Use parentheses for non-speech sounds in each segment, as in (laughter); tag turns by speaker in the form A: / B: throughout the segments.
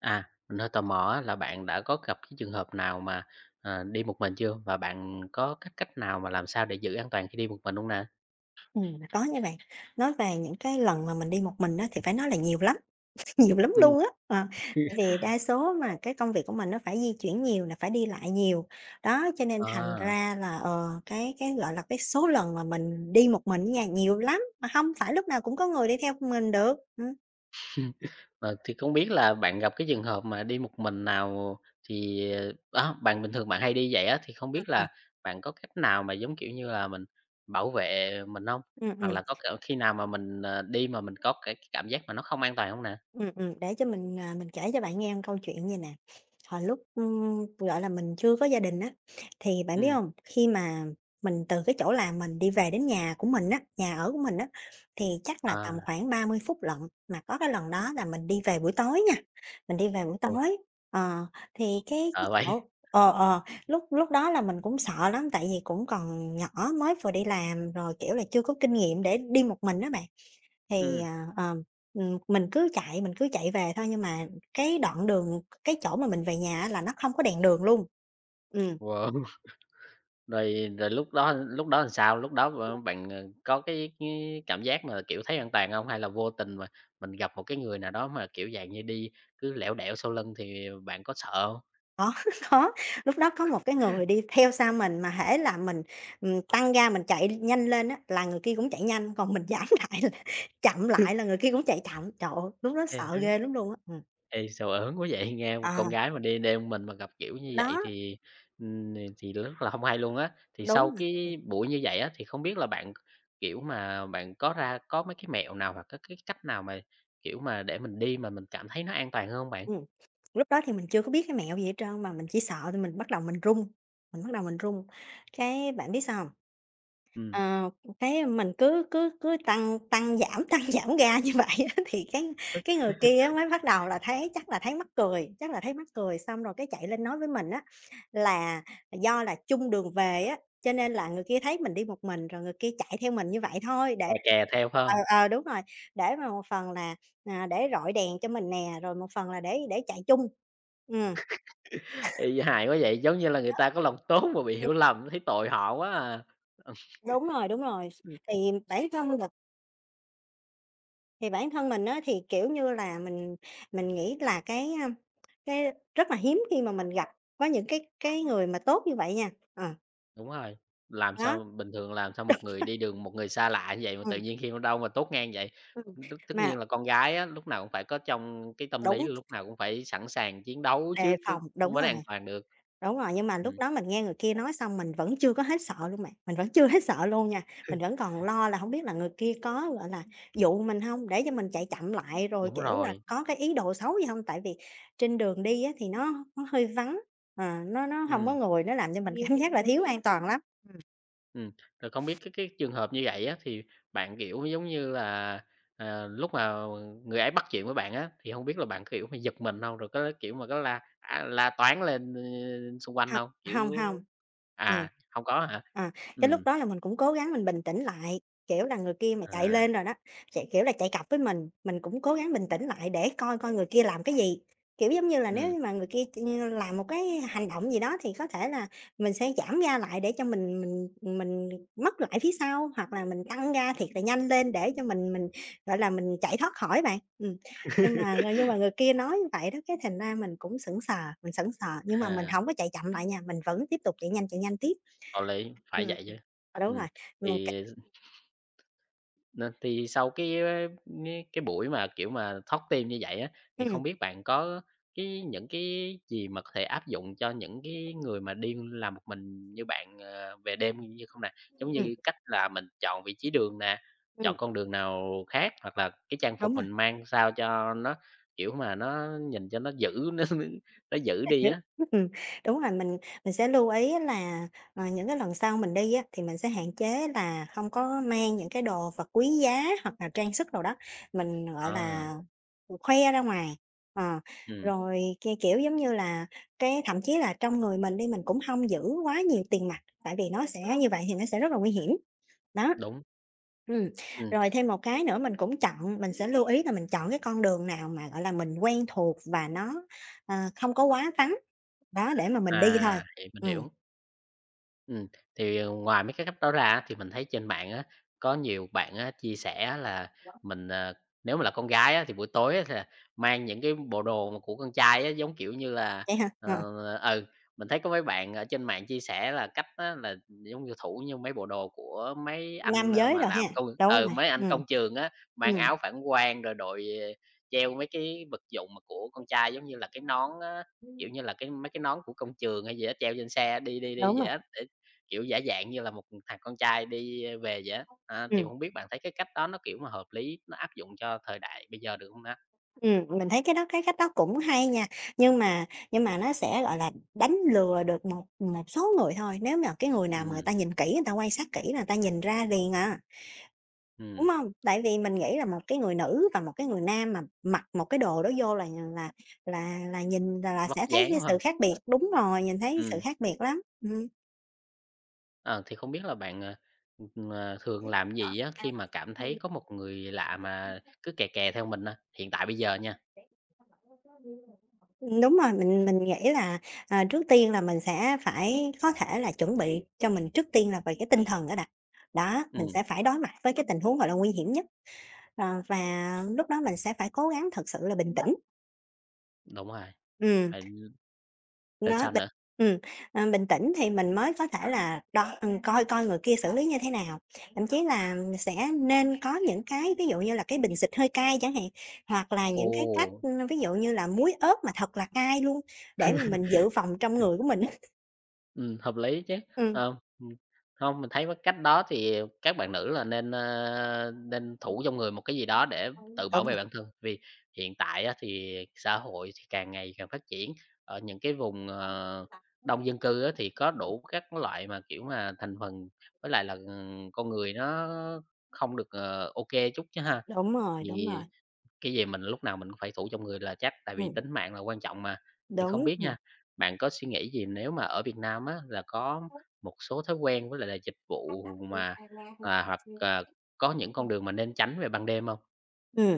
A: À, mình hơi tò mò á là bạn đã có gặp cái trường hợp nào mà, đi một mình chưa? Và bạn có cách cách nào mà làm sao để giữ an toàn khi đi một mình không nè?
B: Có nha bạn. Nói về những cái lần mà mình đi một mình á thì phải nói là nhiều lắm, (laughs) nhiều lắm
A: Ừm,
B: luôn á. Ờ, Tại vì đa số mà cái công việc của mình nó phải di chuyển nhiều là phải đi lại nhiều. Đó, cho nên thành
A: à,
B: ra là, cái, gọi là, cái số lần mà mình đi một mình á nha, nhiều lắm, mà không phải lúc nào cũng có người đi theo mình được.
A: ờ, thì không biết là bạn gặp cái trường hợp mà đi một mình nào thì, bạn bình thường bạn hay đi vậy á, thì không biết là bạn có cách nào mà, giống kiểu như là, mình bảo vệ mình không?
B: Ừm,
A: Hoặc
B: ừm.
A: là có, kiểu, khi nào mà mình, đi mà mình có cái cảm giác mà nó không an toàn không nè?
B: Để cho mình, à, Mình kể cho bạn nghe một câu chuyện như nè. Hồi lúc, gọi là, mình chưa có gia đình á, thì bạn biết
A: Ừm,
B: không khi mà mình từ cái chỗ làm mình đi về đến nhà của mình á, nhà ở của mình á, thì chắc là
A: à,
B: tầm khoảng 30 phút lận, mà có cái lần đó là mình đi về buổi tối nha, mình đi về buổi
A: ôi,
B: tối. Ờ, thì cái
A: sợ vậy?
B: chỗ
A: (laughs)
B: ờ, ờ, lúc lúc đó là mình cũng sợ lắm, tại vì cũng còn nhỏ mới vừa đi làm rồi, kiểu là, chưa có kinh nghiệm để đi một mình đó bạn. Thì,
A: Ừm,
B: à, ờ Mình cứ chạy, mình cứ chạy về thôi, nhưng mà cái đoạn đường cái chỗ mà mình về nhà á là nó không có đèn đường luôn. Ừ,
A: wow. Rồi rồi lúc đó làm sao? Lúc đó, bạn, có cái cảm giác mà, kiểu, thấy an toàn hông? Hay là vô tình mà mình gặp một cái người nào đó mà, kiểu, dạng như đi cứ lẻo đẻo sau lưng thì bạn có sợ hông?
B: đó, (laughs) đó, lúc đó có một cái người đi theo sau mình mà hễ là mình, tăng ga mình chạy nhanh lên á, là người kia cũng chạy nhanh, còn mình giảm (laughs) lại là chậm lại là người kia cũng chạy chậm. Trời ơi, lúc đó
A: Ê
B: sợ
A: hế.
B: ghê lắm luôn á.
A: Ê, sợ ớn quá vậy, (laughs) nghe một con
B: ờ,
A: gái mà đi đêm mình mà gặp kiểu như
B: Đó,
A: vậy thì, thì rất là hông hay luôn á. Thì sau
B: đúng rồi,
A: cái buổi như vậy á, thì không biết là bạn, kiểu, mà bạn có ra có mấy cái mẹo nào hoặc cái cách nào mà, kiểu, mà để mình đi mà mình cảm thấy nó an toàn hơn hông bạn?
B: ừm. Lúc đó thì mình chưa có biết cái mẹo gì hết trơn mà mình chỉ sợ thì mình bắt đầu mình run, mình bắt đầu mình run. Cái bạn biết sao không?
A: Ừm,
B: Ờ, cái mình cứ cứ cứ tăng tăng giảm, (laughs) tăng giảm ga như vậy á, thì cái người kia á mới bắt đầu là thấy chắc là thấy mắc cười, chắc là thấy mắc cười, xong rồi cái chạy lên nói với mình á là do là chung đường về á, cho nên là người kia thấy mình đi một mình rồi người kia chạy theo mình như vậy thôi để
A: và kè theo phải hông?
B: đúng rồi, để mà một phần là, để rọi đèn cho mình nè, rồi một phần là để chạy chung. Ừm.
A: Ê, hài quá vậy, giống như là người
B: Đó.
A: ta có lòng tốt mà bị hiểu lầm, thấy tội họ quá à. Ừm,
B: Đúng rồi, đúng rồi. Thì bản thân Thì bản thân mình á, thì, kiểu như là, mình nghĩ là cái rất là hiếm khi mà mình gặp có những cái người mà tốt như vậy nha. Ờ,
A: đúng rồi, làm
B: Đó,
A: sao bình thường làm sao một người đi đường, một người xa lạ như vậy mà tự
B: ừm,
A: nhiên khi đâu mà tốt ngang vậy.
B: ừm,
A: Tất tất
B: mà
A: nhiên là con gái á, lúc nào cũng phải có trong cái tâm lý
B: đúng,
A: là lúc nào cũng phải sẵn sàng chiến đấu trước
B: đề
A: cái
B: phòng, đúng
A: mới
B: rồi.
A: an toàn được.
B: Đúng rồi, nhưng mà lúc
A: Ừm,
B: đó mình nghe người kia nói xong mình vẫn chưa có hết sợ luôn bạn, mình vẫn chưa hết sợ luôn nha. Mình vẫn còn lo là không biết là người kia có, gọi là, dụ mình hông, để cho mình chạy chậm lại rồi,
A: đúng
B: kiểu là,
A: rồi,
B: có cái ý đồ xấu gì hông? Tại vì trên đường đi á thì nó hơi vắng, nó hông có
A: ừm.
B: người, nó làm cho mình nhiều cảm giác là thiếu an toàn lắm. Ừm.
A: Ừ, rồi không biết cái trường hợp như vậy á, thì bạn, kiểu, giống như là, lúc mà người ấy bắt chuyện với bạn á, thì không biết là bạn, kiểu, mà giật mình không? Rồi có, kiểu, mà có la, la toáng lên, xung quanh
B: Hông,
A: không? Kiểu
B: hông,
A: như-
B: hông. Ừm.
A: à, không có hả?
B: Ờ, cái lúc
A: Ừ,
B: đó là mình cũng cố gắng mình bình tĩnh lại, kiểu là, người kia mà chạy
A: à,
B: lên rồi đó, kiểu là, chạy cặp với mình cũng cố gắng bình tĩnh lại để coi coi người kia làm cái gì. Kiểu, giống như là, nếu
A: ừm.
B: như mà người kia làm một cái hành động gì đó thì có thể là mình sẽ giảm ga lại để cho mình mất lại phía sau, hoặc là mình tăng ga thiệt là nhanh lên để cho mình, gọi là, mình chạy thoát khỏi bạn. Ừm. Nhưng mà ờ,
A: (laughs)
B: nhưng mà người kia nói như vậy đó, cái thành ra mình cũng sững sờ, mình sững sờ, nhưng mà mình
A: À,
B: hổng có chạy chậm lại nha, mình vẫn tiếp tục chạy nhanh tiếp.
A: đạo lý, phải
B: Ừm,
A: vậy
B: ừm,
A: chứ. Ừ,
B: đúng rồi, ừm,
A: thì
B: c
A: nên thì sau cái buổi mà, kiểu mà, thoát tim như vậy á, thì
B: ừm,
A: không biết bạn có cái những cái gì mà có thể áp dụng cho những cái người mà đi làm một mình như bạn, về đêm như không nè? Giống
B: ừm,
A: như cách là mình chọn vị trí đường nè,
B: ừm,
A: chọn con đường nào khác, hoặc là cái trang phục
B: đúng rồi.
A: mình mang sao cho nó, kiểu mà, nó nhìn cho nó dữ, (laughs) nó dữ đi
B: Hiểu,
A: á.
B: ừm, đúng rồi, mình sẽ lưu ý á là, những cái lần sau mình đi á, thì mình sẽ hạn chế là không có mang những cái đồ vật quý giá hoặc là trang sức đồ đó, mình, gọi
A: Ờ,
B: là, khoe ra ngoài. Ờ,
A: ừm,
B: Rồi, kiểu, giống như là, cái thậm chí là trong người mình đi, mình cũng hông giữ quá nhiều tiền mặt, tại vì nó sẽ như vậy thì nó sẽ rất là nguy hiểm. Đó.
A: đúng,
B: Ừm,
A: ừm,
B: rồi thêm một cái nữa mình cũng chọn mình sẽ lưu ý là mình chọn cái con đường nào mà, gọi là, mình quen thuộc và nó không có quá vắng, đó, để mà mình đi thôi.
A: à, thì mình
B: Ừm,
A: hiểu. Ừm, thì, ngoài mấy cái cách đó ra á, thì mình thấy trên mạng á, có nhiều bạn á, chia sẻ á là mình, nếu mà là con gái á, thì buổi tối á, thì là mang những cái bộ đồ mà của con trai á, giống kiểu như là,
B: vậy hả?
A: ờ,
B: Ờ,
A: ừ, mình thấy có mấy bạn ở trên mạng chia sẻ là cách á, là giống như thủ như mấy bộ đồ của mấy anh,
B: Nam giới
A: mà
B: rồi
A: làm
B: ha,
A: công
B: đúng
A: ừ,
B: rồi,
A: mấy anh
B: ừm.
A: công trường á, mang
B: Ừm.
A: áo phản quang rồi đội, treo mấy cái vật dụng mà của con trai giống như là cái nón á, kiểu như là, cái mấy cái nón của công trường hay gì đó treo trên xe đi đi đi
B: Đúng
A: vậy
B: rồi,
A: á, để kiểu, giả dạng như là một thằng con trai đi, về vậy á. Á, thì
B: ừm.
A: không biết bạn thấy cái cách đó nó, kiểu, mà hợp lý, nó áp dụng cho thời đại bây giờ được không ta?
B: Mình thấy cái cách đó cũng hay nha, nhưng mà nó sẽ, gọi là, đánh lừa được một một số người thôi, nếu mà cái người nào mà người
A: Ừm,
B: ta nhìn kỹ, người ta quan sát kỹ là người ta nhìn ra liền à. Đúng
A: ừm,
B: không? Tại vì mình nghĩ là một cái người nữ và một cái người nam mà mặc một cái đồ đó vô là là nhìn là
A: vóc
B: sẽ thấy
A: dáng
B: cái
A: hơn.
B: sự khác biệt. Đúng rồi, nhìn thấy sự
A: Ừm,
B: khác biệt lắm. Ừm.
A: ờ, thì không biết là bạn, ờ, thường làm gì á khi mà cảm thấy có một người lạ mà cứ kè kè theo mình, hiện tại bây giờ nha?
B: Đúng rồi, mình nghĩ là, trước tiên là mình sẽ phải có thể là chuẩn bị cho mình trước tiên là về cái tinh thần đó đã. Đó, mình
A: Ừm,
B: sẽ phải đối mặt với cái tình huống, gọi là, nguy hiểm nhất, và lúc đó mình sẽ phải cố gắng thật sự là bình tĩnh.
A: đúng rồi,
B: Ừm.
A: phải rồi
B: Nó
A: sao
B: bình
A: nữa?
B: ừm, Bình tĩnh thì mình mới có thể là đo coi coi người kia xử lý như thế nào. Thậm chí là sẽ nên có những cái ví dụ như là cái bình xịt hơi cay chẳng hạn, hoặc là những cái cách,
A: Ồ!
B: ví dụ như là muối ớt mà thật là cay luôn, để mà mình dự phòng trong người của mình á. (laughs)
A: Hợp lý chứ.
B: Ừm.
A: Ờ, hông, mình thấy với cách đó thì các bạn nữ là nên, nên thủ trong người một cái gì đó để tự bảo
B: Đúng
A: vệ
B: rồi.
A: bản thân. Vì hiện tại á thì xã hội thì càng ngày càng phát triển, ở những cái vùng, đông dân cư á thì có đủ các loại mà, kiểu mà, thành phần với lại là, con người nó không được, ờ, ô chút chứ ha.
B: Đúng rồi, đúng
A: Thì
B: rồi.
A: cái gì mình lúc nào mình cũng phải thủ trong người là chắc, tại vì
B: Ừm,
A: tính mạng là quan trọng mà. Thì không
B: đúng,
A: biết
B: ừm.
A: nha, bạn có suy nghĩ gì nếu mà ở Việt Nam á, là có một số thói quen với lại là dịch vụ mà, à, hoặc, à, có những con đường mà nên tránh về ban đêm không?
B: Ừ,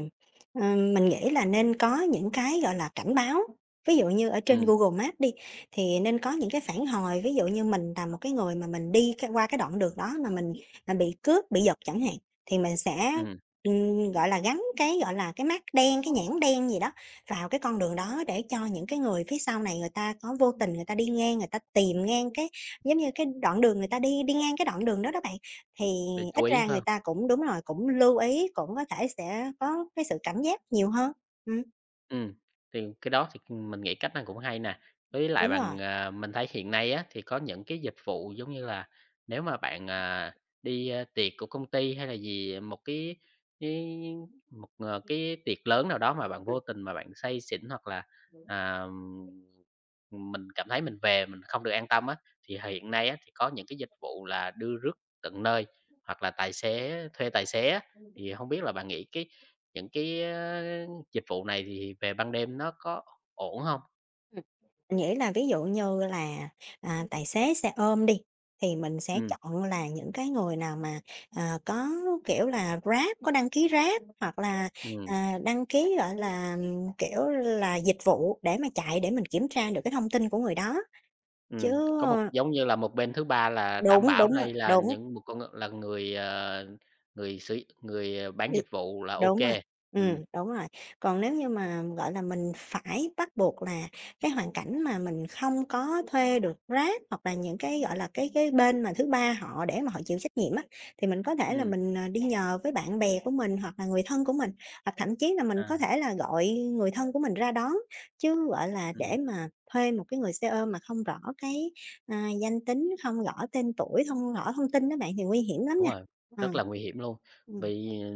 B: mình nghĩ là nên có những cái, gọi là, cảnh báo. Ví dụ như ở trên
A: Ừm,
B: Google Maps đi, thì nên có những cái phản hồi, ví dụ như mình là một cái người mà mình đi cái qua cái đoạn đường đó mà mình, bị cướp, bị giật chẳng hạn, thì mình sẽ,
A: ừm,
B: gọi là, gắn cái, gọi là, cái mác đen, cái nhãn đen gì đó vào cái con đường đó để cho những cái người phía sau này người ta có vô tình người ta đi ngang, người ta tìm ngang cái giống như cái đoạn đường người ta đi đi ngang cái đoạn đường đó đó bạn. Thì
A: để chú
B: ít
A: ý
B: ra người
A: ha.
B: ta cũng đúng rồi, cũng lưu ý, cũng có thể sẽ có cái sự cảnh giác nhiều hơn. Ừm,
A: Ừm, thì cái đó thì, mình nghĩ cách này cũng hay nè. Với lại
B: đúng rồi,
A: bằng, à, mình thấy hiện nay á, thì có những cái dịch vụ giống như là nếu mà bạn, đi, tiệc của công ty hay là gì, một cái cái tiệc lớn nào đó mà bạn vô
B: ừm.
A: tình mà bạn say xỉn hoặc là, à, mình cảm thấy mình về mình không được an tâm á, thì hiện nay á, thì có những cái dịch vụ là đưa rước tận nơi hoặc là tài xế thuê tài xế á. Thì không biết là bạn nghĩ những cái dịch vụ này thì về ban đêm nó có ổn hông?
B: Ừm. Mình nghĩ là ví dụ như là, tài xế xe ôm đi, thì mình sẽ
A: Ừm,
B: chọn là những cái người nào mà, có, kiểu là, Grab, có đăng ký Grab hoặc là,
A: ừm,
B: đăng ký, gọi là, kiểu là, dịch vụ để mà chạy để mình kiểm tra được cái thông tin của người đó, chứ
A: có một
B: ờ,
A: giống như là một bên thứ ba là đảm
B: đúng,
A: bảo
B: đúng rồi,
A: đây là
B: đúng.
A: những một con là người, người sử người, bán dịch vụ là ô
B: Đúng rồi,
A: kê. Ừm,
B: đúng rồi. Còn nếu như mà, gọi là, mình phải bắt buộc là cái hoàn cảnh mà mình không có thuê được Grab hoặc là những cái, gọi là, cái bên mà thứ ba họ để mà họ chịu trách nhiệm á, thì mình có thể là
A: ừm,
B: mình, đi nhờ với bạn bè của mình hoặc là người thân của mình, hoặc thậm chí là
A: à,
B: mình có thể là gọi người thân của mình ra đón. Chứ, gọi là,
A: ừm.
B: để mà thuê một cái người xe ôm mà không rõ cái, danh tính, không rõ tên tuổi, không rõ thông tin đó bạn thì nguy hiểm lắm
A: Đúng
B: nha.
A: rồi,
B: Ờ.
A: rất là nguy hiểm luôn. Vì ờ,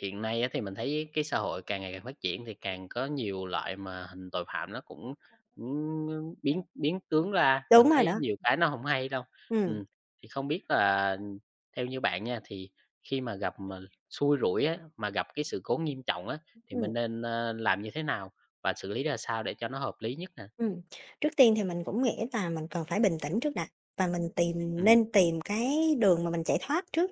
A: hiện nay á thì mình thấy cái xã hội càng ngày càng phát triển thì càng có nhiều loại mà hình tội phạm nó cũng
B: Ừm.
A: cũng biến biến tướng ra, mình
B: Đúng rồi
A: thấy
B: đó,
A: nhiều cái nó không hay đâu.
B: ừm.
A: Ừm, thì không biết là theo như bạn nha, thì khi mà gặp mà xui rủi á, mà gặp cái sự cố nghiêm trọng á, thì mình
B: Ừm,
A: nên, làm như thế nào và xử lý ra sao để cho nó hợp lý nhất nè?
B: ừm. Trước tiên thì mình cũng nghĩ là mình cần phải bình tĩnh trước đã và mình tìm
A: Ừm,
B: nên tìm cái đường mà mình chạy thoát trước.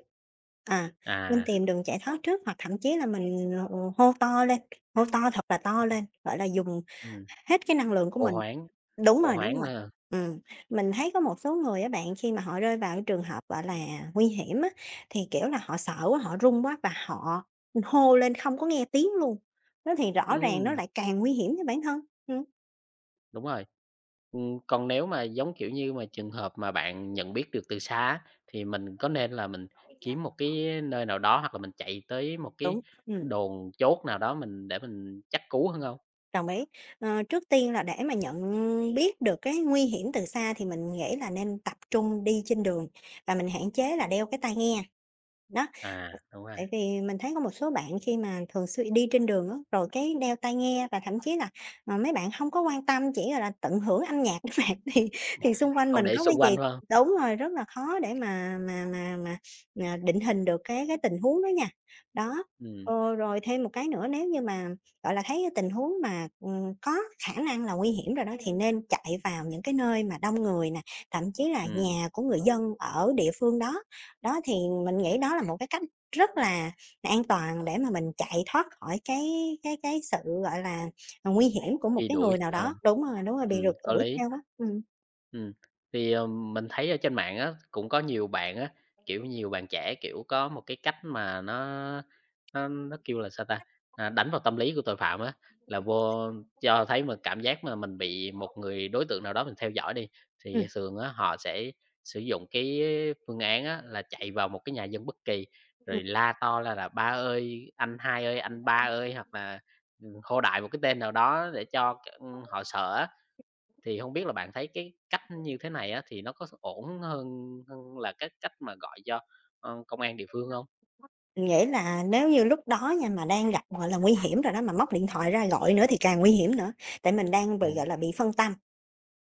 B: À, nên
A: à,
B: tìm đường chạy thoát trước hoặc thậm chí là mình, hô to lên, hô to thật là to lên, gọi là, dùng
A: ừm,
B: hết cái năng lượng của
A: hô
B: mình
A: hoáng,
B: Đúng
A: hô
B: rồi, đúng
A: hoáng
B: rồi.
A: ha.
B: Ừm, mình thấy có một số người á bạn, khi mà họ rơi vào cái trường hợp, gọi là, nguy hiểm á, thì, kiểu là, họ sợ quá, họ run quá và họ hô lên không có nghe tiếng luôn, đó thì rõ ràng nó
A: Ừm,
B: lại càng nguy hiểm cho bản thân. Ừm.
A: đúng rồi. Còn nếu mà giống, kiểu như, mà trường hợp mà bạn nhận biết được từ xa á, thì mình có nên là mình kiếm một cái nơi nào đó hoặc là mình chạy tới một
B: Đúng,
A: cái đồn chốt nào đó mình để mình chắc cú hơn không?
B: đồng ý. Trước tiên là để mà nhận biết được cái nguy hiểm từ xa thì mình nghĩ là nên tập trung đi trên đường và mình hạn chế là đeo cái tai nghe, đó.
A: À, đúng rồi,
B: Tại vì mình thấy có một số bạn khi mà thường xuyên đi trên đường á, rồi cái đeo tai nghe và thậm chí là, mà mấy bạn không có quan tâm, chỉ là tận hưởng âm nhạc đó bạn, (laughs) thì xung quanh
A: không
B: mình
A: để
B: có cái
A: xung quanh,
B: gì
A: phải hông?
B: đúng rồi, rất là khó để mà, định hình được cái tình huống đó nha. Đó,
A: Ừm,
B: rồi thêm một cái nữa nếu như mà, gọi là, thấy cái tình huống mà, có khả năng là nguy hiểm rồi đó thì nên chạy vào những cái nơi mà đông người nè, thậm chí là
A: ừm,
B: nhà của người dân ở địa phương đó. Đó, thì mình nghĩ đó là một cái cách rất là an toàn để mà mình chạy thoát khỏi cái sự, gọi là, nguy hiểm của một
A: truy
B: cái
A: đuổi,
B: người nào đó. Đúng rồi, bị rượt
A: có
B: đuổi
A: lý.
B: theo á. Ừm.
A: Ừm, thì, mình thấy ở trên mạng á, cũng có nhiều bạn á, kiểu, nhiều bạn trẻ, kiểu, có một cái cách mà nó nó kêu là sao ta? À, đánh vào tâm lý của tội phạm á, là vô cho thấy mà cảm giác mà mình
B: Ừm,
A: bị một người đối tượng nào đó mình theo dõi đi, thì thường á họ sẽ sử dụng cái phương án á là chạy vào một cái nhà dân bất kỳ,
B: ừm.
A: rồi la to là "Ba ơi!", "Anh hai ơi!", "Anh ba ơi!", hoặc là, hô đại một cái tên nào đó để cho c họ sợ á. Thì không biết là bạn thấy cái cách như thế này á, thì nó có ổn hơn hơn là cái cách mà gọi cho, công an địa phương không?
B: Mình nghĩ là nếu như lúc đó nha mà đang gặp, gọi là, nguy hiểm rồi đó, mà móc điện thoại ra gọi nữa thì càng nguy hiểm nữa, tại mình đang bị,
A: Ừm.
B: gọi là, bị phân tâm.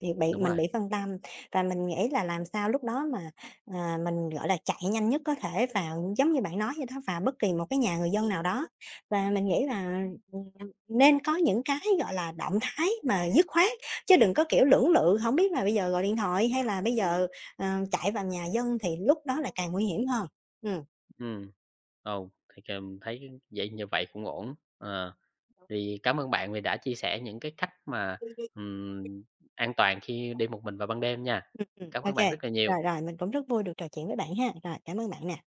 B: Thì bị
A: Đúng
B: Mình
A: rồi,
B: bị phân tâm và mình nghĩ là làm sao lúc đó mà, mình, gọi là, chạy nhanh nhất có thể vào giống như bạn nói vậy đó, vào bất kỳ một cái nhà người dân nào đó. Và mình nghĩ là, ừm, nên có những cái, gọi là, động thái mà dứt khoát, chứ đừng có, kiểu, lưỡng lự, không biết là bây giờ gọi điện thoại hay là bây giờ, ờ, chạy vào nhà dân thì lúc đó là càng nguy hiểm hơn. Ừm.
A: ừm. Ồ, thì c thấy vậy như vậy cũng ổn. Ờ, thì cảm ơn bạn vì đã chia sẻ những cái cách mà, ừm, an toàn khi đi một mình vào ban đêm nha.
B: Ừm, ừm,
A: Cảm
B: ô
A: ơn bạn rất là
B: rồi,
A: nhiều.
B: rồi, mình cũng rất vui được trò chuyện với bạn ha. Rồi, cảm ơn bạn nè.